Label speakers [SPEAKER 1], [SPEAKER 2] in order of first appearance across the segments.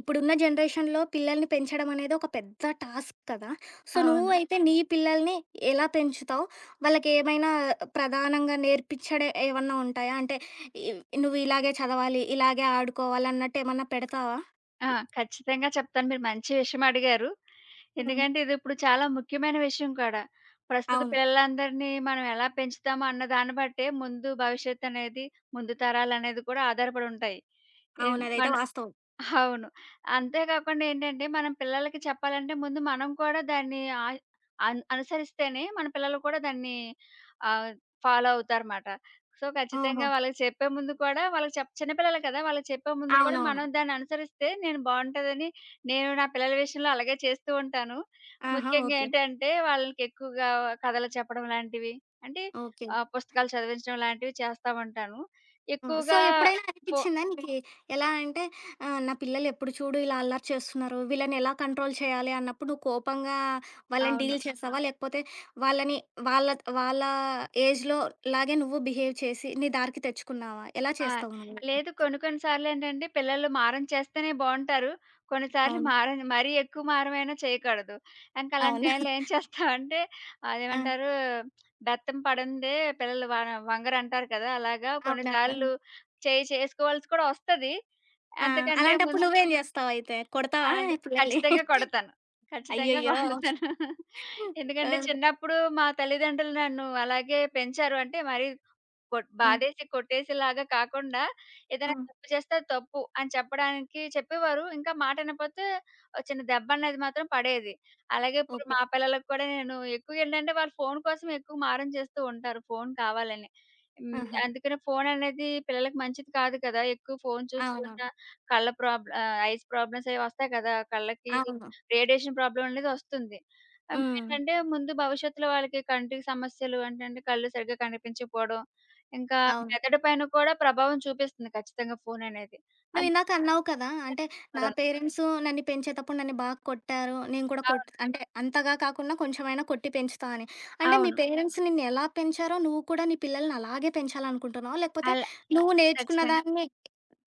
[SPEAKER 1] ఇప్పుడున్న జనరేషన్‌లో పిల్లల్ని పెంచడం అనేది ఒక పెద్ద టాస్క్ కదా! సో,
[SPEAKER 2] అవును.
[SPEAKER 1] నువ్వైతే నీ పిల్లల్ని ఎలా పెంచుతావు? వాళ్ళకేమైనా ప్రధానంగా నేర్పించడే ఏమన్నా ఉంటాయా? అంటే నువ్వు ఇలాగే చదవాలి, ఇలాగే ఆడుకోవాలి అన్నట్టేమన్నా పెడతావా?
[SPEAKER 2] ఆ!
[SPEAKER 1] ఇ
[SPEAKER 2] ఖచ్చితంగా చెప్తాను. మీరు మంచి విషయం అడిగారు.
[SPEAKER 1] హ్మ్.
[SPEAKER 2] ఎందుకంటే ఇదిప్పుడు చాలా ముఖ్యమైన విషయం కూడా. ప్రస్తుత
[SPEAKER 1] అవును.
[SPEAKER 2] పిల్లలందరినీ మనం ఎలా పెంచుతామో అన్న దాన్ని బట్టే ముందు భవిష్యత్తనేది, ముందు తరాలనేది కూడా ఆధారపడి ఉంటాయి. ఎన్
[SPEAKER 1] అవును. అదైతే
[SPEAKER 2] మన
[SPEAKER 1] వాస్తవం.
[SPEAKER 2] అవును. అంతే కాకుండా ఏంటంటే, మనం పిల్లలకి చెప్పాలంటే ముందు మనం కూడా దాన్ని అనుసరిస్తేనే మన పిల్లలు కూడా దాన్ని ఆహ్, ఫాలో అవుతారుమాట. సో, ఖచ్చితంగా
[SPEAKER 1] ఓహో!
[SPEAKER 2] వాళ్ళకి చెప్పే ముందు కూడా వాళ్ళకి చెప్ చిన్న పిల్లలు కదా! వాళ్ళకి చెప్పే ముందు కూడా
[SPEAKER 1] అవునవును.
[SPEAKER 2] మనం దాన్ని అనుసరిస్తే నేను బావుంటదని నేను నా పిల్లల విషయంలో అలాగే చేస్తూ ఉంటాను.
[SPEAKER 1] ఆహా!
[SPEAKER 2] ముఖ్యంగా
[SPEAKER 1] ఓకే.
[SPEAKER 2] ఏంటంటే, వాళ్ళకి ఎక్కువగా కథలు చెప్పడం లాంటివి అంటే
[SPEAKER 1] ఓకే.
[SPEAKER 2] పుస్తకాలు చదివించడం లాంటివి చేస్తా ఉంటాను.
[SPEAKER 1] ఆ! సో,
[SPEAKER 2] ఎక్కువగా
[SPEAKER 1] ఎప్పుడైనా
[SPEAKER 2] ఫో
[SPEAKER 1] అనిపిచ్చిందా నీకి ఎలా అంటే నా పిల్లలు ఎప్పుడు చూడు ఇలా అల్లరి చేస్తున్నారు, వీళ్ళని ఎలా కంట్రోల్ చేయాలి అన్నప్పుడు నువ్వు కోపంగా వాళ్ళని
[SPEAKER 2] అవును.
[SPEAKER 1] డీల్ చేసావా? లేకపోతే వాళ్ళని వాళ్ళ వాళ్ళ ఏజ్‌లో లాగే నువ్వు బిహేవ్ చేసి నీ దారికి తెచ్చుకున్నావా? ఎలా
[SPEAKER 2] ఆ!
[SPEAKER 1] చేస్తావు నువ్వు?
[SPEAKER 2] లేదు. కొన్ని కొన్ని సార్లేంటంటే పిల్లలు మారం చేస్తేనే బావుంటారు. కొన్నిసార్లు
[SPEAKER 1] అవును.
[SPEAKER 2] మారం మరీ ఎక్కువ మారమైనా చేయకూడదు. ఇంక అలాంటి
[SPEAKER 1] అవును.
[SPEAKER 2] టైంలో ఏం చేస్తామంటే
[SPEAKER 1] ఆ!
[SPEAKER 2] అదేమంటారు బెత్తం పడందే పిల్లలు వ వంగరంటారు కదా! అలాగా
[SPEAKER 1] అవునవును.
[SPEAKER 2] కొన్నిసార్లు చేయి చేసుకోవాల్సి కూడా వస్తది.
[SPEAKER 1] ఆ!
[SPEAKER 2] అంతకంటే
[SPEAKER 1] అలాంటప్పుడు
[SPEAKER 2] ముందు
[SPEAKER 1] నువ్వేం జేస్తావయితే? కొడతావా
[SPEAKER 2] అలాంటి
[SPEAKER 1] పిల్లల్ని?
[SPEAKER 2] ఖచ్చితంగా కొడతాను. ఖచ్చితంగా
[SPEAKER 1] అయ్యయ్యో!
[SPEAKER 2] కొడతాను.
[SPEAKER 1] ఆ!
[SPEAKER 2] ఎందుకంటే చిన్నప్పుడు మా తల్లిదండ్రులు నన్ను అలాగే పెంచారు. అంటే మరి
[SPEAKER 1] హ్మ్.
[SPEAKER 2] బాధేసి కొట్టేసేలాగా కాకుండా, ఏదైనా
[SPEAKER 1] హ్మ్.
[SPEAKER 2] తప్పు చేస్తే అది తప్పు అని చెప్పడానికి చెప్పేవారు. ఇంకా మాటినపోతే ఓ చిన్న దెబ్బనేది మాత్రం పడేది. అలాగే ఇప్పుడు
[SPEAKER 1] ఓకే.
[SPEAKER 2] మా పిల్లలకి కూడా నేను ఎక్కువేంటంటే వాళ్ళు ఫోను కోసం ఎక్కువ మారం చేస్తూ ఉంటారు. ఫోను కావాలని. హ్మ్.
[SPEAKER 1] ఆహా!
[SPEAKER 2] అందుకనే ఫోననేది పిల్లలకి మంచిది కాదు కదా! ఎక్కువ ఫోను చూస్తూ ఉన్నా
[SPEAKER 1] అవునవును.
[SPEAKER 2] కళ్ళ ప్రాబ్ల ఐస్ ప్రాబ్లమ్స్ అవి వస్తాయి కదా! కళ్ళకి
[SPEAKER 1] అవును.
[SPEAKER 2] రేడియేషన్ ప్రాబ్లమ్ అనేది వస్తుంది.
[SPEAKER 1] హ్మ్.
[SPEAKER 2] అవేంటంటే ముందు భవిష్యత్తులో వాళ్ళకి కంటికి సమస్యలు ఏంటంటే కళ్ళు సరిగ్గా కనిపించకపోవడం, ఇంకా
[SPEAKER 1] అవును.
[SPEAKER 2] మెదడు పైన కూడా ప్రభావం చూపిస్తుంది ఖచ్చితంగా ఫోననేది.
[SPEAKER 1] నువ్వు ఇందాక అన్నావు కదా! అంటే నా
[SPEAKER 2] అవును.
[SPEAKER 1] పేరెంట్సు నన్ను పెంచేతప్పుడు నన్ను బాగా కొట్టారు. నేను కూడా అంటే అంతగా కాకున్నా కొంచెమైనా కొట్టి పెంచుతా అని. అంటే మీ
[SPEAKER 2] అవును.
[SPEAKER 1] పేరెంట్స్ నిన్ను ఎలా పెంచారో నువ్వు కూడా నీ పిల్లల్ని అలాగే పెంచాలనుకుంటున్నావా? లేకపోతే
[SPEAKER 2] అలా
[SPEAKER 1] నువ్వు నేర్చుకున్న
[SPEAKER 2] ఖచ్చితంగా.
[SPEAKER 1] దాన్ని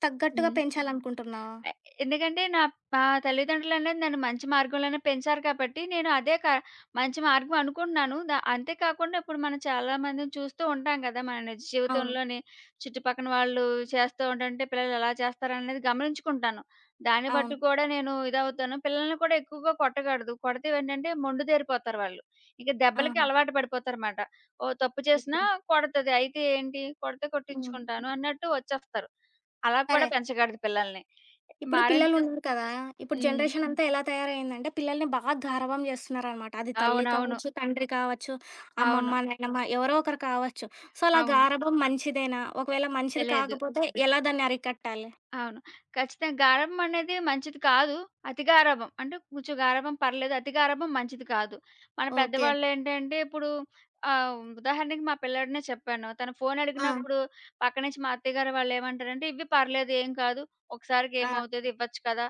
[SPEAKER 1] తగ్గట్టుగా
[SPEAKER 2] హ్మ్.
[SPEAKER 1] పెంచాలనుకుంటున్నావా?
[SPEAKER 2] ఎ ఎందుకంటే మా తల్లిదండ్రులనేది నన్ను మంచి మార్గంలోనే పెంచారు కాబట్టి, నేను అదే క మంచి మార్గం అనుకుంటున్నాను. అంతే కాకుండా ఇప్పుడు మనం చాలా మందిని చూస్తూ ఉంటాం కదా! మన నిజ
[SPEAKER 1] అవును.
[SPEAKER 2] జీవితంలోని చుట్టుపక్కన వాళ్ళు చేస్తూ ఉంటుంటే పిల్లలు ఎలా చేస్తారనేది గమనించుకుంటాను. దాన్ని
[SPEAKER 1] అవును.
[SPEAKER 2] బట్టి కూడా నేను ఇదవుతాను. పిల్లల్ని కూడా ఎక్కువగా కొట్టకూడదు. కొడితే ఏంటంటే మొండిదేరిపోతారు వాళ్ళు. ఇక దెబ్బలకి
[SPEAKER 1] ఆహా!
[SPEAKER 2] అలవాటు పడిపోతారమాట. ఓహ్! తప్పు చేసినా
[SPEAKER 1] ఓకే.
[SPEAKER 2] కొడతది. అయితే ఏంటి కొడితే
[SPEAKER 1] హ్మ్.
[SPEAKER 2] కొట్టించుకుంటాను అన్నట్టు వచ్చేస్తారు. అలా కూడా
[SPEAKER 1] సరే.
[SPEAKER 2] పెంచకూడదు పిల్లల్ని.
[SPEAKER 1] ఇప్పుడు
[SPEAKER 2] మారంచేస్
[SPEAKER 1] పిల్లలున్నారు కదా! ఇప్పుడు
[SPEAKER 2] హ్మ్.
[SPEAKER 1] జనరేషన్ అంతా ఎలా తయారయిందంటే, పిల్లల్ని బాగా గారాబం జేస్తున్నారనమాట. అది తల్లి
[SPEAKER 2] అవునవును.
[SPEAKER 1] కావచ్చు, తండ్రి కావచ్చు,
[SPEAKER 2] అవును.
[SPEAKER 1] అమ్మమ్మ, నాయనమ్మ ఎవరో ఒకరు కావచ్చు. సో, అలా
[SPEAKER 2] అవును.
[SPEAKER 1] గారాబం మంచిదేనా? ఒకవేళ మంచిది
[SPEAKER 2] లేదు.
[SPEAKER 1] కాకపోతే ఎలా దాన్ని అరికట్టాలి?
[SPEAKER 2] అవును. ఖచ్చితంగా గారాబం అనేది మంచిది కాదు. అతి గారాబం. అంటే కొంచెం గారాబం పర్లేదు. అతి గారాబం మంచిది కాదు. మన
[SPEAKER 1] ఓకే.
[SPEAKER 2] పెద్దవాళ్ళేంటంటే ఇప్పుడు ఉదాహరణకి మా పిల్లాడినే చెప్పాను. తను ఫోన్
[SPEAKER 1] ఆ!
[SPEAKER 2] అడిగినప్పుడు పక్క నుంచి మా అత్తయ్యగారు వాళ్ళేమంటారంటే, "ఇవ్వి పర్లేదు ఏం కాదు. ఒకసారికి
[SPEAKER 1] ఆ!
[SPEAKER 2] ఏమవుతది ఇవ్వచ్చు కదా!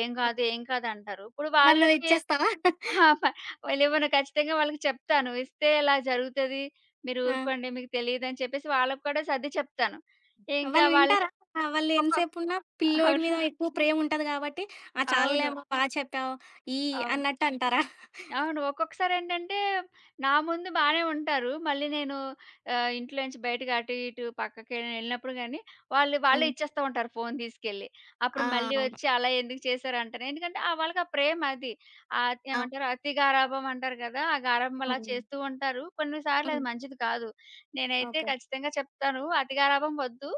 [SPEAKER 2] ఏం
[SPEAKER 1] ఆ!
[SPEAKER 2] కాదు, ఏం కాదు" అంటారు. ఇప్పుడు
[SPEAKER 1] మరి
[SPEAKER 2] వాళ్ళకి
[SPEAKER 1] నువ్విచ్చేస్తావా?
[SPEAKER 2] అహా! ప వాళ్ళేమో ఖచ్చితంగా వాళ్ళకి చెప్తాను. ఇస్తే ఇలా జరుగుతది. మీరు
[SPEAKER 1] ఆ!
[SPEAKER 2] ఊరుకోండి. మీకు తెలీదని చెప్పేసి వాళ్ళకి కూడా సర్ది చెప్తాను. ఇంకా
[SPEAKER 1] వాళ్ళు
[SPEAKER 2] వాళ్ళ
[SPEAKER 1] వింటారా? ఆ, వాళ్ళు
[SPEAKER 2] ఒక్కొక్క
[SPEAKER 1] ఎంతసేపున్నా పిల్లోడి
[SPEAKER 2] అవును.
[SPEAKER 1] మీద ఎక్కువ ప్రేముంటది గాబట్టి, ఆ చాల్లే
[SPEAKER 2] అవును.
[SPEAKER 1] అమ్మ బా చెప్పావు, ఈ
[SPEAKER 2] అవును.
[SPEAKER 1] అన్నట్టు అంటారా?
[SPEAKER 2] అవును. ఒక్కొక్కసారేంటంటే, నా ముందు బానే ఉంటారు. మళ్ళీ నేను ఇంట్లో నుంచి బయటకి అటు, ఇటు పక్కకేమైనా ఎళ్ళినప్పుడు గానీ, వాళ్ళే
[SPEAKER 1] హ్మ్.
[SPEAKER 2] ఇచ్చేస్తా ఉంటారు ఫోను తీసుకెళ్ళి. అప్పుడు
[SPEAKER 1] ఆ!
[SPEAKER 2] మళ్ళీ వచ్చి
[SPEAKER 1] అవును.
[SPEAKER 2] అలా ఎందుకు చేశారు అంటాను. ఎందుకంటే, ఆ వాళ్ళకి ఆ ప్రేమ అది.
[SPEAKER 1] ఆ,
[SPEAKER 2] ఏమంటారు అతి గారాబం అంటారు కదా! ఆ గారాబం అలా
[SPEAKER 1] అవును.
[SPEAKER 2] చేస్తూ ఉంటారు. కొన్ని సార్లు
[SPEAKER 1] హ్మ్.
[SPEAKER 2] అది మంచిది కాదు. నేనైతే
[SPEAKER 1] ఓకే.
[SPEAKER 2] ఖచ్చితంగా చెప్తాను. అతి గారాబం వద్దు.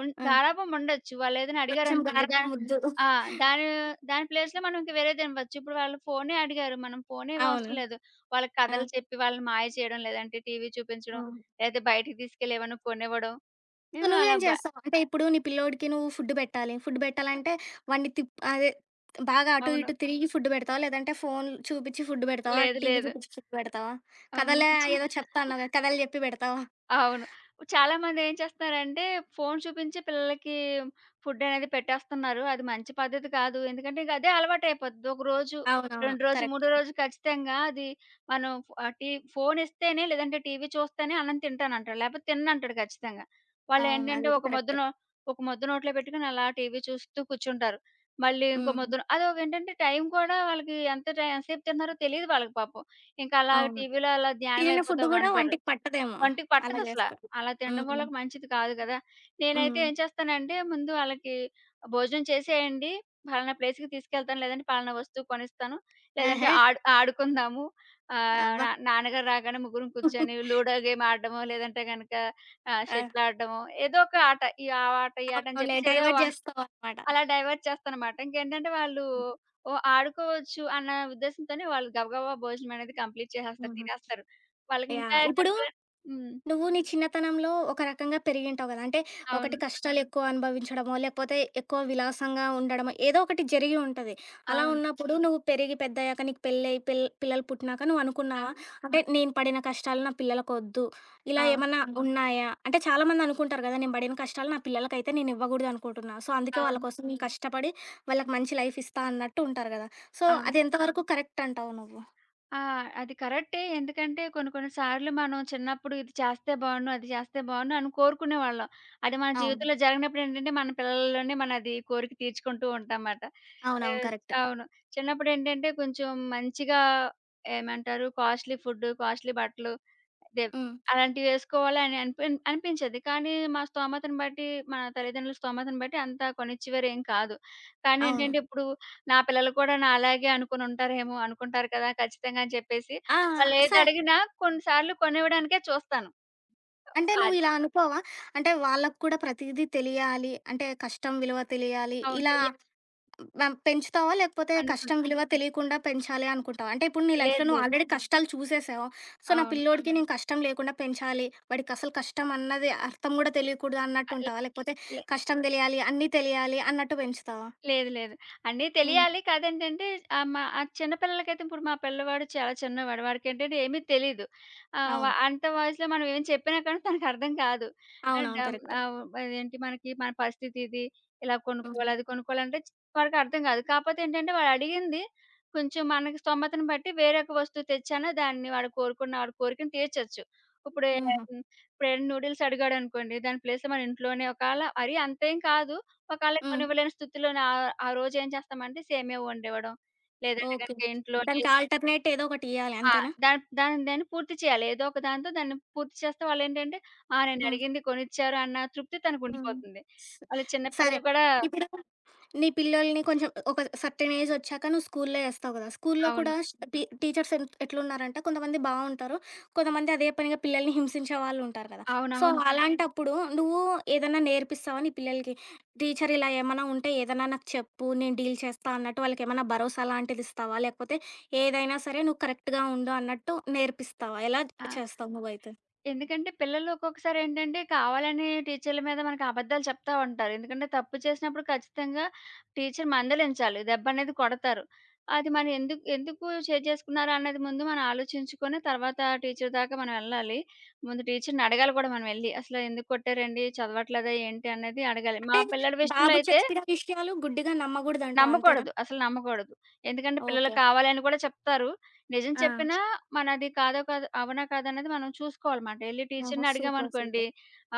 [SPEAKER 1] ఆ!
[SPEAKER 2] గారాబం ఉండొచ్చు. వాళ్ళేదైనా
[SPEAKER 1] కొంచెం
[SPEAKER 2] అడిగారనుకోండి దా
[SPEAKER 1] గారాబం ముద్దు.
[SPEAKER 2] ఆ! దాని దాని ప్లేస్‌లో మనం ఇంక వేరేది ఇనవచ్చు. ఇప్పుడు వాళ్ళు ఫోనే అడిగారు. మనం ఫోనే
[SPEAKER 1] అవును.
[SPEAKER 2] ఇవ్వవసరం లేదు. వాళ్ళకి
[SPEAKER 1] ఆ!
[SPEAKER 2] కథలు చెప్పి వాళ్ళని మాయ చేయడం, లేదంటే టీవీ చూపించడం,
[SPEAKER 1] హ్మ్.
[SPEAKER 2] లేతే బయటికి తీసుకెళ్ళి ఏమన్నా కొనివ్వడం.
[SPEAKER 1] సో,
[SPEAKER 2] మేము అలా
[SPEAKER 1] నువ్వేం
[SPEAKER 2] బ
[SPEAKER 1] చేస్తావు? అంటే ఇప్పుడు నీ పిల్లోడికి నువ్వు ఫుడ్ పెట్టాలి. ఫుడ్ పెట్టాలంటే వాడిని తిప్ అదే బాగా అటు
[SPEAKER 2] అవును.
[SPEAKER 1] ఇటు తిరిగి ఫుడ్ పెడతావా? లేదంటే ఫోన్ చూపించి ఫుడ్ పెడతావా?
[SPEAKER 2] లేదు
[SPEAKER 1] టీవీ
[SPEAKER 2] లేదు.
[SPEAKER 1] చూపించి ఫుడ్ పెడతావా?
[SPEAKER 2] అవును.
[SPEAKER 1] కథలా
[SPEAKER 2] ఇప్పుడు చా
[SPEAKER 1] ఏదో చెప్తా అన్నావు కదా! కథలు చెప్పి పెడతావా?
[SPEAKER 2] అవును. చాలామంది ఏం చేస్తున్నారంటే, ఫోను చూపించి పిల్లలకి ఫుడ్ అనేది పెట్టేస్తున్నారు. అది మంచి పద్ధతి కాదు. ఎందుకంటే, ఇంక అదే అలవాటయిపోద్ది. ఒక రోజు,
[SPEAKER 1] అవునవును.
[SPEAKER 2] 2 రోజు,
[SPEAKER 1] కరెక్ట్.
[SPEAKER 2] మూడో రోజు ఖచ్చితంగా అది మనం ఆహ్, టీ ఫోనిస్తేనే లేదంటే టీవీ చూస్తేనే అన్నం తింటానంటాడు. లేపోతే తిననంటాడు ఖచ్చితంగా.
[SPEAKER 1] అవును.
[SPEAKER 2] వాళ్ళేంటంటే,
[SPEAKER 1] అదైతే కరెక్ట్.
[SPEAKER 2] ఒక మొద్దు నోట్లో పెట్టుకొని అలా టీవీ చూస్తూ కూర్చుంటారు. మళ్ళీ ఇంకో
[SPEAKER 1] హ్మ్.
[SPEAKER 2] మొద్దున అదోకేంటంటే టైం కూడా వాళ్ళకి ఎంతసేపు తింటున్నారో తెలీదు వాళ్ళకి పాపం. ఇంకలా
[SPEAKER 1] అవును.
[SPEAKER 2] టీవీలో అలా
[SPEAKER 1] తినిన
[SPEAKER 2] ధ్యానమయిపోతా
[SPEAKER 1] ఫుడ్ గూడా
[SPEAKER 2] ఉంటారు.
[SPEAKER 1] వంటికి పట్టదేమో!
[SPEAKER 2] ఒంటికి
[SPEAKER 1] అలా
[SPEAKER 2] పట్టదసల.
[SPEAKER 1] చేస్తే.
[SPEAKER 2] అలా తినడం వల్ల
[SPEAKER 1] హ్మ్.
[SPEAKER 2] మంచిది కాదు గదా! నేనైతే
[SPEAKER 1] హ్మ్.
[SPEAKER 2] ఏం చేస్తానంటే ముందు ఆళ్ళకి భోజనం చేసేయండి. పలానా ప్లేస్‌కి తీసుకెళ్తాను. లేదంటే పలానా వస్తువు కొనిస్తాను. లేదంటే
[SPEAKER 1] ఆహే!
[SPEAKER 2] ఆడుకుందాము.
[SPEAKER 1] అబ్బా!
[SPEAKER 2] నా నాన్నగారు రాగానే ముగ్గురం
[SPEAKER 1] హ్మ్.
[SPEAKER 2] కూర్చొని లూడో గేమ్ ఆడడమో, లేదంటే గనక
[SPEAKER 1] ఆ!
[SPEAKER 2] షటిల్ ఆడడమో ఏదో ఒక ఆట. ఈ ఆ ఆట, ఈ ఆట అని
[SPEAKER 1] అవునవునులే.
[SPEAKER 2] చెప్పేసి ఏదో
[SPEAKER 1] డైవర్ట్
[SPEAKER 2] వం
[SPEAKER 1] జేస్తావనమాట.
[SPEAKER 2] అలా డైవర్ట్ చేస్తానన్నమాట. ఇంకేంటంటే వాళ్ళు ఓహ్! ఆడుకోవచ్చు అన్న ఉద్దేశంతోనే వాళ్ళు గబగబా భోజనం అనేది కంప్లీట్ చేసేస్తారు.
[SPEAKER 1] హుహు.
[SPEAKER 2] తినేస్తారు. వాళ్ళకింకా
[SPEAKER 1] యాహ్! ఇప్పుడు
[SPEAKER 2] చెప్పాలం హ్మ్.
[SPEAKER 1] నువ్వు నీ చిన్నతనంలో ఒక రకంగా పెరిగింటావు గదా! అంటే ఒకటి
[SPEAKER 2] అవును.
[SPEAKER 1] కష్టాలు ఎక్కువ అనుభవించడమో, లేకపోతే ఎక్కువ విలాసంగా ఉండడమో ఏదో ఒకటి జరిగి ఉంటది. అలా
[SPEAKER 2] అవును.
[SPEAKER 1] ఉన్నప్పుడు నువ్వు పెరిగి పెద్దయ్యాక నీకు పెళ్ళై పిల్లలు పుట్టినాక నువ్వు అనుకున్నావా?
[SPEAKER 2] అవును.
[SPEAKER 1] అంటే నేను పడిన కష్టాలు నా పిల్లలకొద్దు. ఇలా
[SPEAKER 2] అవును.
[SPEAKER 1] ఏమన్నా ఉన్నాయా? అంటే చాలామంది అనుకుంటారు గదా! నేను పడిన కష్టాలు నా పిల్లలకైతే నేను ఇవ్వగూడదు అనుకుంటున్నా. సో, అందుకే వాళ్ళ
[SPEAKER 2] అవును.
[SPEAKER 1] కోసం నేను కష్టపడి వాళ్ళకి మంచి లైఫ్ ఇస్తా అన్నట్టు ఉంటారు గదా! సో, అది
[SPEAKER 2] అవును.
[SPEAKER 1] అవును. ఎంతవరకు కరెక్ట్ అంటావు నువ్వు?
[SPEAKER 2] ఆ! అది కరెక్టే. ఎందుకంటే కొన్ని కొన్ని సార్లు మనం చిన్నప్పుడు ఇది చేస్తే బావుండు, అది చేస్తే బావుండు అని కోరుకునేవాళ్ళం. అది మన
[SPEAKER 1] అవును.
[SPEAKER 2] జీవితంలో జరిగినప్పుడు ఏంటంటే మన పిల్లల్లోనే మనం అది కోరిక తీర్చుకుంటూ ఉంటామాట.
[SPEAKER 1] అవునవును.
[SPEAKER 2] ఆహ్,
[SPEAKER 1] కరెక్ట్.
[SPEAKER 2] అవును. చిన్నప్పుడు ఏంటంటే కొంచెం మంచిగా ఏమంటారు కాస్ట్‌లీ ఫుడ్డు, కాస్ట్‌లీ బట్టలు దెబ్
[SPEAKER 1] హ్మ్.
[SPEAKER 2] అలాంటివి వేసుకోవాలి అని అనిపించేది. కానీ మన తల్లిదండ్రుల స్తోమతను బట్టి అంత కొనిచ్చేవారేం కాదు. కానీ
[SPEAKER 1] అవును.
[SPEAKER 2] ఏంటంటే ఇప్పుడు నా పిల్లలు కూడా నాలాగే అనుకునుంటారేమో అనుకుంటారు కదా! ఖచ్చితంగా అని చెప్పేసి,
[SPEAKER 1] ఆ! సరే.
[SPEAKER 2] వాళ్ళేదడిగినా కొన్ని సార్లు కొనివ్వడానికే చూస్తాను.
[SPEAKER 1] అంటే
[SPEAKER 2] అది.
[SPEAKER 1] నువ్విలా అనుకోవా? అంటే వాళ్ళకి కూడా ప్రతీదీ తెలియాలి. అంటే కష్టం విలువ తెలియాలి.
[SPEAKER 2] అవును.
[SPEAKER 1] ఇలా
[SPEAKER 2] తెలియ
[SPEAKER 1] పెంచుతావా? లేకపోతే
[SPEAKER 2] అనుకున్
[SPEAKER 1] కష్టం విలువ తెలియకుండా పెంచాలి అనుకుంటావా? అంటే ఇప్పుడు నీ లైఫ్‌లో
[SPEAKER 2] లేదు.
[SPEAKER 1] నువ్వు
[SPEAKER 2] లేదు.
[SPEAKER 1] ఆల్రెడీ కష్టాలు చూసేసావు. సో, నా
[SPEAKER 2] అవును.
[SPEAKER 1] పిల్లోడికి నేను కష్టం లేకుండా పెంచాలి. వాడికసలు కష్టం అన్నది అర్థం గూడా తెలియకూడదు
[SPEAKER 2] అ
[SPEAKER 1] అన్నట్టుంటావా? లేకపోతే
[SPEAKER 2] లే
[SPEAKER 1] కష్టం తెలియాలి, అన్నీ తెలియాలి అన్నట్టు పెంచుతావా?
[SPEAKER 2] లేదు. లేదు. అన్నీ
[SPEAKER 1] హ్మ్.
[SPEAKER 2] తెలియాలి. కాదేంటంటే మా ఆ చిన్న పిల్లలకైతే ఇప్పుడు మా పిల్లవాడు చాలా చిన్నవాడు. వాడికేంటంటే ఏమీ తెలీదు. ఆహ్, వ అవును.
[SPEAKER 1] అవును.
[SPEAKER 2] అంత వయసులో మనం ఏం చెప్పినా కానీ తనకర్థం కాదు. అండ్
[SPEAKER 1] అవునవును.
[SPEAKER 2] హ్మ్.
[SPEAKER 1] కరెక్ట్.
[SPEAKER 2] ఆహ్, ఆహ్, అదేంటి మనకి మన పరిస్థితి ఇది. ఇలా
[SPEAKER 1] హ్మ్.
[SPEAKER 2] కొనుక్కోవాలి, వాడికి అర్థం కాదు. కాపోతే ఏంటంటే వాడు అడిగింది కొంచెం మనకి స్తోమతను బట్టి వేరే ఒక వస్తువు తెచ్చానా దాన్ని వాడు కోరుకున్న వాడి కోరికను తీర్చొచ్చు. ఇప్పుడు
[SPEAKER 1] హ్మ్.
[SPEAKER 2] ఏ-
[SPEAKER 1] హుహు.
[SPEAKER 2] ఇప్పుడు ఏదైనా నూడిల్స్ అడిగాడనుకోండి. దాని ప్లేస్‌లో మన ఇంట్లోనే ఒకవేళ మరి అంతేం కాదు ఒకవేళ
[SPEAKER 1] హ్మ్.
[SPEAKER 2] కొనివ్వలేని స్థితిలోనే ఆ ఆ రోజేం చేస్తామంటే సేమియా వండివ్వడం. లేదంటే
[SPEAKER 1] ఓకే.
[SPEAKER 2] గనుక ఇంట్లోని
[SPEAKER 1] దానికి ఆల్టర్‌నేట్ ఏదో ఒకటియ్యాలి
[SPEAKER 2] ఆ!
[SPEAKER 1] అంతేనా?
[SPEAKER 2] దాన్ దాన్ దాన్ని పూర్తి చేయాలి. ఏదో ఒక దాంతో దాన్ని పూర్తి చేస్తే వాళ్ళేంటంటే, ఆ!
[SPEAKER 1] హ్మ్.
[SPEAKER 2] నేనడిగింది కొనిచ్చారు అన్న తృప్తి
[SPEAKER 1] హ్మ్.
[SPEAKER 2] తనకుండిపోతుంది.
[SPEAKER 1] స
[SPEAKER 2] వాళ్ళు చిన్న
[SPEAKER 1] సరే.
[SPEAKER 2] పిల్లలు కూడా
[SPEAKER 1] ఇప్పుడు నీ పిల్లోల్ని కొంచెం ఒక సర్టెన్ ఏజ్ ఒచ్చాక నువ్వు స్కూల్లో ఏస్తావు గదా! స్కూల్లో కూడా
[SPEAKER 2] అవును.
[SPEAKER 1] ష్ టీ టీచర్స్ ఎట్లున్నారంటే కొంతమంది బావుంటారు. కొంతమంది అదే పనిగా పిల్లల్ని హింసించే వాళ్ళుంటారు కదా! సో,
[SPEAKER 2] అవునవును.
[SPEAKER 1] అలాంటప్పుడు నువ్వు ఏదన్నా నేర్పిస్తావా నీ పిల్లలకి? టీచర్ ఇలా ఏమన్నా ఉంటే ఏదన్నా నాకు చెప్పు నేను డీల్ చేస్తా అన్నట్టు వాళ్ళకేమన్నా భరోసా లాంటిది ఇస్తావా? లేకపోతే ఏదైనా సరే నువ్వు కరెక్ట్‌గా ఉండు అన్నట్టు నేర్పిస్తావా? ఎలా
[SPEAKER 2] ఆ!
[SPEAKER 1] చేస్తావు నువ్వైతే?
[SPEAKER 2] ఎందుకంటే పిల్లలు ఒక్కొక్కసారి ఏంటంటే కావాలని టీచర్ల మీద మనకి అబద్ధాలు చెప్తా ఉంటారు. ఎందుకంటే తప్పు చేసినప్పుడు ఖచ్చితంగా టీచర్ మందలించాలి. దెబ్బ అనేది కొడతారు. అది మనం ఎందుకు ఎందుకు షేర్ చేసుకున్నారు అన్నది ముందు మనం ఆలోచించుకొని తర్వాత టీచర్ దాకా మనం వెళ్ళాలి. ముందు టీచర్‌ని అడగాలి కూడా మనం వెళ్లి. అసలు ఎందుకు కొట్టారండి? చదవట్లేదా ఏంటి? అనేది అడగాలి. మా
[SPEAKER 1] అంటే
[SPEAKER 2] పిల్లాడి విషయంలో
[SPEAKER 1] బాబు
[SPEAKER 2] అయితే
[SPEAKER 1] చెప్పిన విషయాలు గుడ్డిగా నమ్మగూడదంటావు అంతేనా?
[SPEAKER 2] నమ్మకూడదు. అసలు నమ్మకూడదు. ఎందుకంటే పిల్లలు
[SPEAKER 1] ఓకే.
[SPEAKER 2] కావాలని కూడా చెప్తారు. నిజం
[SPEAKER 1] ఆ!
[SPEAKER 2] చెప్పినా అవునా కాదా అనేది మనం చూసుకోవాలమాట. ఎళ్లి
[SPEAKER 1] ఓహో!
[SPEAKER 2] టీచర్‌ని
[SPEAKER 1] సూపర్.
[SPEAKER 2] అడిగామనుకోండి,
[SPEAKER 1] సూపర్.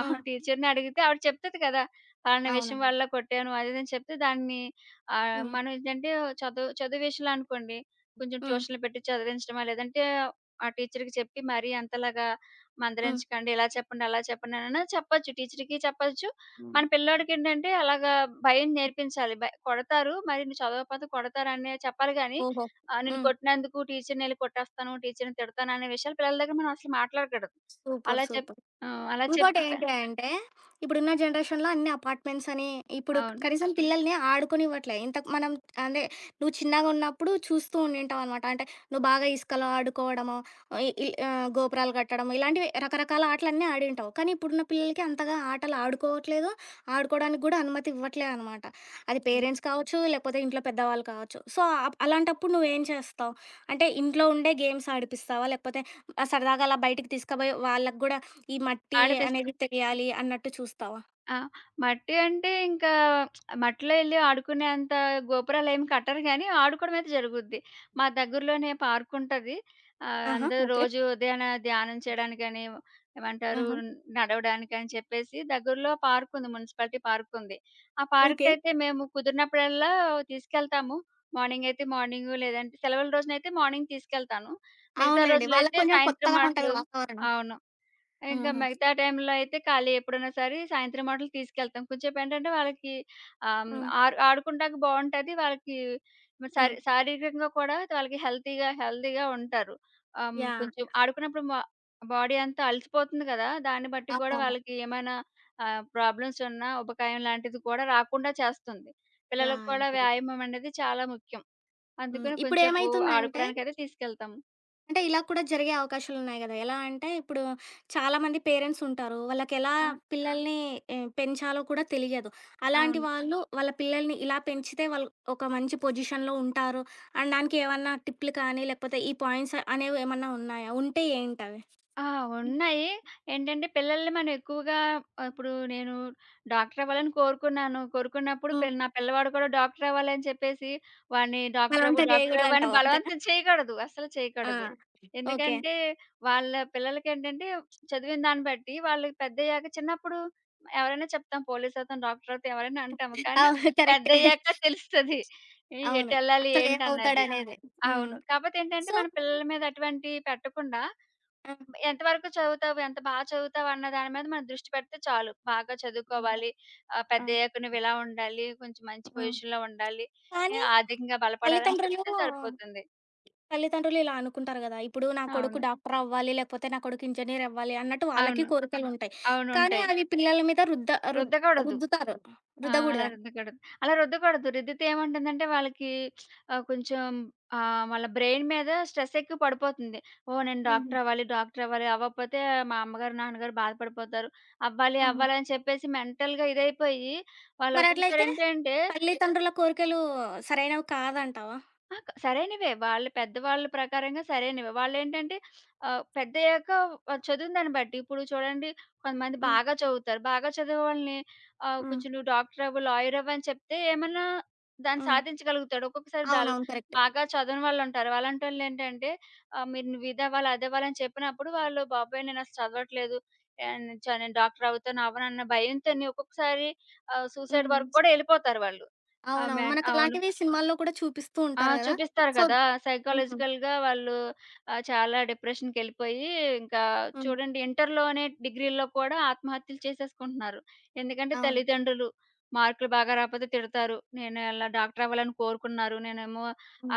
[SPEAKER 2] ఆహా!
[SPEAKER 1] హ్మ్.
[SPEAKER 2] టీచర్‌ని అడిగితే ఆవిడ చెప్తది కదా! పలానా విషయం
[SPEAKER 1] అవునవును.
[SPEAKER 2] వల్ల కొట్టాను అది ఇది అని చెప్తే దాన్ని
[SPEAKER 1] హ్మ్.
[SPEAKER 2] మనం ఏంటంటే చదువు చదువు విషయంలో అనుకోండి, కొంచెం
[SPEAKER 1] హ్మ్.
[SPEAKER 2] ట్యూషన్‌లు పెట్టి చదివించడమా, లేదంటే ఆ టీచర్‌కి చెప్పి మరీ అంతలాగా
[SPEAKER 1] హ్మ్.
[SPEAKER 2] మందలించకండి, ఇలా చెప్పండి, అలా చెప్పండి అనైనా చెప్పొచ్చు. టీచర్‌కి చెప్పొచ్చు.
[SPEAKER 1] హ్మ్.
[SPEAKER 2] మన పిల్లోడికేంటంటే అలాగా భయం నేర్పించాలి. కొడతారు. మరి నువ్వు చదవకపోతే కొడతారనే చెప్పాలి గానీ,
[SPEAKER 1] ఓహో!
[SPEAKER 2] నిన్ను
[SPEAKER 1] హ్మ్.
[SPEAKER 2] కొట్టినందుకు టీచర్‌నెళ్లి కొట్టేస్తాను, టీచర్‌ని తిడతాను అనే విషయాలు పిల్లల దగ్గర మనం అసలు మాట్లాడకూడదు.
[SPEAKER 1] సూపర్.
[SPEAKER 2] అలా చెప్
[SPEAKER 1] సూపర్.
[SPEAKER 2] ఆ! అలా చెప్తే
[SPEAKER 1] ఇంకోటేంటి అంటే, ఇప్పుడున్న జనరేషన్‌లో అన్ని అపార్ట్‌మెంట్స్ అని, ఇప్పుడు
[SPEAKER 2] అవును.
[SPEAKER 1] కనీసం పిల్లల్ని ఆడుకోనివ్వట్లే. ఇంతకు మనం అంటే, నువ్వు చిన్నగున్నప్పుడు చూస్తూ ఉండింటావనమాట. అంటే, నువ్వు బాగా ఇసుకలో ఆడుకోవడము, గోపురాలు కట్టడం, ఇలాంటివి రకరకాల ఆటలన్నీ ఆడింటావు. కానీ ఇప్పుడున్న పిల్లలకి అంతగా ఆటలు ఆడుకోవట్లేదు, ఆడుకోవడానికి గూడా అనుమతి ఇవ్వట్లే అనమాట. అది
[SPEAKER 2] హ్మ్.
[SPEAKER 1] పేరెంట్స్ కావచ్చు, లేకపోతే ఇంట్లో పెద్దవాళ్ళు కావచ్చు. సో, అలాంటప్పుడు నువ్వేం చేస్తావు? అంటే, ఇంట్లో ఉండే గేమ్స్ ఆడిపిస్తావా? లేకపోతే సరదాగా అలా బయటికి తీసుకుపోయి వాళ్ళకి గూడా ఈ మట్టి
[SPEAKER 2] ఆడిపిస్తూ
[SPEAKER 1] అనేది తెలియాలి అన్నట్టు చూస్తావా?
[SPEAKER 2] ఆ! మట్టి అంటే ఇంకా మట్టిలో ఎళ్లి ఆడుకునేంత గోపురాలేమి కట్టరు గానీ, ఆడుకోవడమయితే జరుగుద్ది. మా దగ్గరలోనే పార్క్ ఉంటది.
[SPEAKER 1] ఆహా!
[SPEAKER 2] అందరూ
[SPEAKER 1] ఓకే.
[SPEAKER 2] రోజు ఉదయాన ధ్యానం చేయడానికని, ఏమంటారు
[SPEAKER 1] ఆహా!
[SPEAKER 2] నడవడానికని చెప్పేసి దగ్గరలో పార్కుంది. మున్సిపాలిటీ పార్కుంది. ఆ
[SPEAKER 1] ఓకే.
[SPEAKER 2] పార్క్‌కయితే మేము కుదిరినప్పుడల్లా తీసుకెళ్తాము. మార్నింగ్ అయితే మార్నింగు, లేదంటే సెలవుల రోజునైతే మార్నింగ్ తీసుకెళ్తాను. మిగతా
[SPEAKER 1] అవునులెండి. వాళ్ళకి
[SPEAKER 2] రోజులైతే
[SPEAKER 1] కొంచెం
[SPEAKER 2] సాయంత్రం
[SPEAKER 1] కొత్తగా ఉంటది
[SPEAKER 2] అట్లు
[SPEAKER 1] వాతావరణం.
[SPEAKER 2] అవును. ఇంకా
[SPEAKER 1] హుహు.
[SPEAKER 2] మిగతా టైంలో అయితే ఖాళీ ఎప్పుడైనా సరే సాయంత్రం మాటలు తీసుకెళ్తాం. కొంచెంసేపేంటంటే వాళ్ళకి ఆహ్, హ్మ్,
[SPEAKER 1] హ్మ్.
[SPEAKER 2] ఆరు ఆడుకుంటానికి బావుంటది. వాళ్ళకి మరి
[SPEAKER 1] హ్మ్.
[SPEAKER 2] శారీరకంగా కూడా వాళ్ళకి హెల్తీగా హెల్తీగా ఉంటారు.
[SPEAKER 1] యాహ్!
[SPEAKER 2] కొంచెం ఆడుకున్నప్పుడు మా బాడీ అంతా అలసిపోతుంది కదా! దాన్ని బట్టి కూడా
[SPEAKER 1] అవును.
[SPEAKER 2] వాళ్ళకి ఏమైనా ప్రాబ్లమ్స్ ఉన్నా ఉబకాయం లాంటిది కూడా రాకుండా చేస్తుంది. పిల్లలకు
[SPEAKER 1] యాహ్! యాహ్!
[SPEAKER 2] కూడా
[SPEAKER 1] కరెక్ట్.
[SPEAKER 2] వ్యాయామం అనేది చాలా ముఖ్యం.
[SPEAKER 1] హ్మ్.
[SPEAKER 2] అందుకని కొంచెంసేపు
[SPEAKER 1] ఇప్పుడేమైతుందంటే
[SPEAKER 2] ఆడుకోవడానికైతే తీసుకెళ్తాము.
[SPEAKER 1] అంటే ఇలా కూడా జరిగే అవకాశాలున్నాయి గదా! ఎలా అంటే ఇప్పుడు చాలామంది పేరెంట్స్ ఉంటారు. వాళ్ళకెలా
[SPEAKER 2] అవును.
[SPEAKER 1] పిల్లల్ని పెంచాలో కూడా తెలియదు. అలాంటి
[SPEAKER 2] అవును.
[SPEAKER 1] వాళ్ళు వాళ్ళ పిల్లల్ని ఇలా పెంచితే వాళ్ళు ఒక మంచి పొజిషన్‌లో ఉంటారు అనడానికి ఏమన్నా టిప్‌లు కానీ, లేకపోతే ఈ పాయింట్స్ అనేవి ఏమన్నా ఉన్నాయా? ఉంటే ఏంటవి?
[SPEAKER 2] ఆ! ఉన్నాయి. ఏంటంటే పిల్లల్ని మనం ఎక్కువగా ఇప్పుడు నేను డాక్టర్ అవ్వాలని కోరుకున్నాను. కోరుకున్నప్పుడు
[SPEAKER 1] హ్మ్.
[SPEAKER 2] నా పిల్లవాడు కూడా డాక్టర్ అవ్వాలని చెప్పేసి వాడిని డాక్టర్ అవ్వు,
[SPEAKER 1] బలవంతం
[SPEAKER 2] డాక్టర్ అవ్వు అని
[SPEAKER 1] చేయకూడదంటావు అంతేనా?
[SPEAKER 2] బలవంతం చేయకూడదు. అస్సలు
[SPEAKER 1] ఆ!
[SPEAKER 2] చేయకూడదు.
[SPEAKER 1] ఓకే.
[SPEAKER 2] ఎందుకంటే వాళ్ళ పిల్లలకేంటంటే చదివిన దాన్ని బట్టి వాళ్ళు పెద్దయ్యాక చిన్నప్పుడు ఎవరైనా చెప్తాం పోలీస్ అవుతాం, డాక్టర్ అవుతాం ఎవరైనా అంటాము. కానీ
[SPEAKER 1] అవును. కరెక్టే.
[SPEAKER 2] పెద్దయ్యాక తెలుస్తది.
[SPEAKER 1] అవును.
[SPEAKER 2] ఎటెళ్ళాలి ఏంటన్నది.
[SPEAKER 1] అసలేమవుతాడనేది. హ్మ్.
[SPEAKER 2] అవును. కాపోతే ఏంటంటే
[SPEAKER 1] సో
[SPEAKER 2] మన పిల్లల మీద అటువంటి పెట్టకుండా
[SPEAKER 1] ఆ!
[SPEAKER 2] ఎంతవరకు చదువుతావు? ఎంత బా చదువుతావన్న దాని మీద మన దృష్టి పెడితే చాలు. బాగా చదువుకోవాలి.
[SPEAKER 1] ఆ!
[SPEAKER 2] పెద్దయ్యాక నువ్విలా ఉండాలి. కొంచెం మంచి
[SPEAKER 1] హ్మ్.
[SPEAKER 2] పొజిషన్‌లో ఉండాలి.
[SPEAKER 1] కానీ
[SPEAKER 2] ఆర్థికంగా బలపడాలని
[SPEAKER 1] తల్లిదండ్రులు
[SPEAKER 2] చెప్తే సరిపోతుంది.
[SPEAKER 1] తల్లిదండ్రులు ఇలా అనుకుంటారు గదా! ఇప్పుడు నా కొడుకు
[SPEAKER 2] అవును.
[SPEAKER 1] డాక్టర్ అవ్వాలి, లేకపోతే నా కొడుకు ఇంజినీర్ అవ్వాలి అన్నట్టు వాళ్ళకి
[SPEAKER 2] అవును.
[SPEAKER 1] కోరికలుంటాయి.
[SPEAKER 2] అవును.
[SPEAKER 1] కానీ
[SPEAKER 2] ఉంటాయి.
[SPEAKER 1] అవి పిల్లల మీద రుద్
[SPEAKER 2] రుద్దకూడదు.
[SPEAKER 1] రుద్దుతారు.
[SPEAKER 2] ఆ! అలా
[SPEAKER 1] రుద్దగూడదా?
[SPEAKER 2] రుద్దకూడదు. అలా రుద్దకూడదు. రుద్దితే ఏముంటుందంటే వాళ్ళకి ఆహ్, కొంచెం వాళ్ళ బ్రెయిన్ మీద స్ట్రెస్ ఎక్కువ పడిపోతుంది. ఓహ్! నేను
[SPEAKER 1] హుహు.
[SPEAKER 2] డాక్టర్ అవ్వాలి, డాక్టర్ అవ్వాలి. అవ్వకపోతే మా అమ్మగారు, నాన్నగారు బాధపడిపోతారు. అవ్వాలి,
[SPEAKER 1] హుహు.
[SPEAKER 2] అవ్వాలి అని చెప్పేసి మెంటల్‌గా ఇదైపోయి వాళ్ళు ఒక్కొక్కసారి
[SPEAKER 1] మరట్లయితే
[SPEAKER 2] ఏంటంటే
[SPEAKER 1] తల్లిదండ్రుల కోరికలు సరైనవి కాదంటావా?
[SPEAKER 2] ఆ! క సరైనవే. వాళ్ళ పెద్దవాళ్ళ ప్రకారంగా సరైనవే. వాళ్ళేంటంటే పెద్దయ్యాక చదివిన దాన్ని బట్టి ఇప్పుడు చూడండి కొంతమంది
[SPEAKER 1] హ్మ్.
[SPEAKER 2] బాగా చదువుతారు. బాగా చదివే వాళ్ళని
[SPEAKER 1] హ్మ్.
[SPEAKER 2] కొంచెం నువ్వు డాక్టర్ అవ్వు, లాయర్ అవ్వు అని చెప్తే ఏమన్నా దాన్ని
[SPEAKER 1] హ్మ్.
[SPEAKER 2] సాధించగలుగుతాడు. ఒక్కొక్కసారి డల్
[SPEAKER 1] అవునవును. కరెక్ట్.
[SPEAKER 2] బాగా చదవని వాళ్ళుంటారు. అలాంటోళ్ళేంటంటే నువ్వు ఇదవ్వాలి, అదవ్వాలి అని చెప్పినప్పుడు వాళ్ళు బాబోయ్! నేనసలు చదవట్లేదు. ఆహ్, నేను చ నేను డాక్టర్ అవుతాను, అవ్వనన్న భయంతోని ఒక్కొక్కసారి సూసైడ్ వరకు
[SPEAKER 1] హ్మ్.
[SPEAKER 2] కూడా ఎళ్ళిపోతారు వాళ్ళు. ఆ!
[SPEAKER 1] అవునవును.
[SPEAKER 2] మెన్ అవును.
[SPEAKER 1] మనకలాంటివి సినిమాల్లో కూడా చూపిస్తూ
[SPEAKER 2] ఆ!
[SPEAKER 1] ఉంటారు గదా!
[SPEAKER 2] చూపిస్తారు
[SPEAKER 1] సో
[SPEAKER 2] కదా!
[SPEAKER 1] హ్మ్.
[SPEAKER 2] సైకాలజికల్‌గా వాళ్ళు చాలా డిప్రెషన్‌కెళ్ళిపోయి ఇంకా
[SPEAKER 1] హ్మ్.
[SPEAKER 2] చూడండి ఇంటర్‌లోనే, డిగ్రీల్లో కూడా ఆత్మహత్యలు చేసేసుకుంటున్నారు. ఎందుకంటే
[SPEAKER 1] అవును.
[SPEAKER 2] తల్లిదండ్రులు మార్కులు బాగా రాకపోతే తిడతారు. నేను ఇలా డాక్టర్ అవ్వాలని కోరుకున్నారు. నేనేమో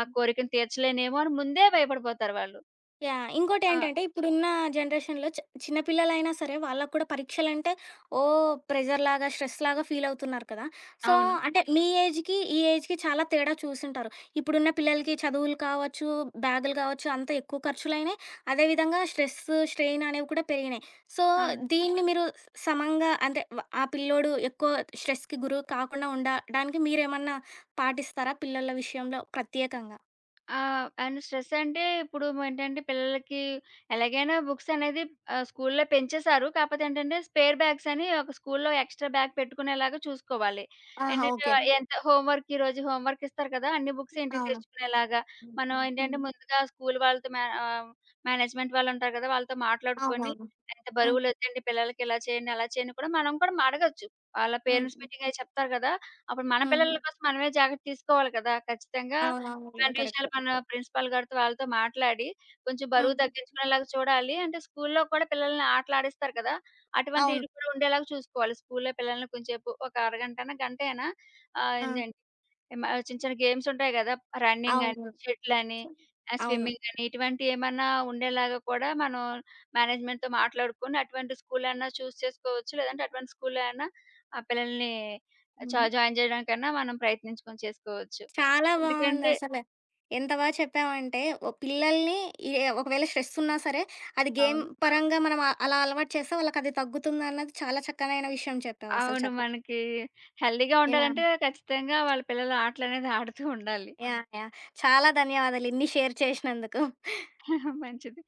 [SPEAKER 2] ఆ కోరికను తీర్చలేనేమో అని ముందే భయపడిపోతారు వాళ్ళు.
[SPEAKER 1] యాహ్!
[SPEAKER 2] ఆ!
[SPEAKER 1] ఇంకోటేంటంటే ఇప్పుడున్న జనరేషన్‌లో చిన్న పిల్లలైనా సరే వాళ్ళకి కూడా పరీక్షలంటే ఓహ్! ప్రెషర్‌లాగా, స్ట్రెస్‌లాగా ఫీలవుతున్నారు కదా! సో,
[SPEAKER 2] అవును.
[SPEAKER 1] అంటే మీ ఏజ్‌కి, ఈ ఏజ్‌కి చాలా తేడా చూసుంటారు. ఇప్పుడున్న పిల్లలకి చదువులు కావచ్చు, బ్యాగులు కావచ్చు అంతా ఎక్కువ ఖర్చులైనాయి. అదేవిధంగా స్ట్రెస్, స్ట్రెయిన్ అనేవి కూడా పెరిగినాయి. సో,
[SPEAKER 2] అవును.
[SPEAKER 1] దీన్ని మీరు సమంగా అంటే ఆ పిల్లోడు ఎక్కువ స్ట్రెస్‌కి గురి కాకుండా ఉండడానికి మీరేమన్నా పాటిస్తారా పిల్లల విషయంలో ప్రత్యేకంగా?
[SPEAKER 2] ఆ! అండ్ స్ట్రెస్ అంటే ఇప్పుడు ఏంటంటే పిల్లలకి ఎలాగైనా బుక్స్ అనేది స్కూల్లో పెంచేశారు. కాకపోతే ఏంటంటే స్పేర్ బ్యాగ్స్ అని ఒక స్కూల్లో ఎక్స్‌ట్రా బ్యాగ్ పెట్టుకునేలాగా చూసుకోవాలి.
[SPEAKER 1] ఆహా!
[SPEAKER 2] ఏంటంటే
[SPEAKER 1] ఓకే.
[SPEAKER 2] ఎంత హోంవర్క్ ఈరోజు హోంవర్క్ ఇస్తారు కదా! అన్ని బుక్స్ ఇంటికి
[SPEAKER 1] అవును.
[SPEAKER 2] తెచ్చుకునేలాగా మనం ఏంటంటే
[SPEAKER 1] హ్మ్.
[SPEAKER 2] ముందుగా స్కూల్ వాళ్ళతో మేనేజ్‌మెంట్ వాళ్ళు ఉంటారు కదా! వాళ్ళతో మాట్లాడుకొని
[SPEAKER 1] అవునవును.
[SPEAKER 2] ఎంత
[SPEAKER 1] హ్మ్.
[SPEAKER 2] బరువులొద్దండి పిల్లలకి ఇలా చేయండి, అలా చేయండి కూడా మనం కూడా అడగొచ్చు. వాళ్ళ
[SPEAKER 1] హ్మ్.
[SPEAKER 2] పేరెంట్స్ మీటింగ్ అయి చెప్తారు కదా! అప్పుడు మన
[SPEAKER 1] హ్మ్.
[SPEAKER 2] పిల్లల కోసం మనమే జాగ్రత్త తీసుకోవాలి కదా! ఖచ్చితంగా
[SPEAKER 1] అవునవును కూడా
[SPEAKER 2] ఇట్లాంటి విషయాలు
[SPEAKER 1] కరెక్టే.
[SPEAKER 2] మన ప్రిన్సిపల్ గారితో వాళ్ళతో మాట్లాడి, కొంచెం బరువు
[SPEAKER 1] హ్మ్.
[SPEAKER 2] తగ్గించుకునేలాగా చూడాలి. అంటే స్కూల్లో కూడా పిల్లల్ని ఆటలాడిస్తారు కదా!
[SPEAKER 1] అవును.
[SPEAKER 2] అటువంటివి కూడా ఉండేలాగా చూసుకోవాలి. స్కూల్లో పిల్లల్ని కొంచేపు ఒక అరగంటనా, గంటైనా ఆహ్,
[SPEAKER 1] ఆ!
[SPEAKER 2] ఏందండి మ చిన్న చిన్న గేమ్స్ ఉంటాయి గదా! రన్నింగ్ అని,
[SPEAKER 1] అవును.
[SPEAKER 2] షటిల్ అని,
[SPEAKER 1] అవును.
[SPEAKER 2] స్విమ్మింగ్ అని ఇటువంటియేమన్నా ఉండేలాగా కూడా మనం మేనేజ్‌మెంట్‌తో మాట్లాడుకొని అటువంటి స్కూల్ అన్నా చేసుకోవచ్చు. లేదంటే అటువంటి స్కూల్‌లో అయినా ఆ పిల్లల్ని
[SPEAKER 1] హుహు.
[SPEAKER 2] జాయిన్ జేయడానికన్నా మనం ప్రయత్నించుకొని చేసుకోవచ్చు.
[SPEAKER 1] చాలా
[SPEAKER 2] ఎందుకంటే
[SPEAKER 1] బావుందసల. ఎంత బా చెప్పావంటే ఓ పిల్లల్ని ఏ ఒకవేళ స్ట్రెస్ ఉన్నా సరే అది గేమ్
[SPEAKER 2] అవును.
[SPEAKER 1] పరంగా మనం అలా అలవాటు చేస్తే వాళ్ళకది తగ్గుతుందన్నది చాలా చక్కనైన విషయం చెప్పావసలు
[SPEAKER 2] అవును. మనకి హెల్తీగా
[SPEAKER 1] యాహ్!
[SPEAKER 2] ఉండాలంటే ఖచ్చితంగా వాళ్ళ పిల్లలు ఆటలనేది ఆడుతూ ఉండాలి.
[SPEAKER 1] యాహ్! యాహ్! చాలా ధన్యవాదాలు ఇన్ని షేర్ చేసినందుకు.
[SPEAKER 2] మంచిది.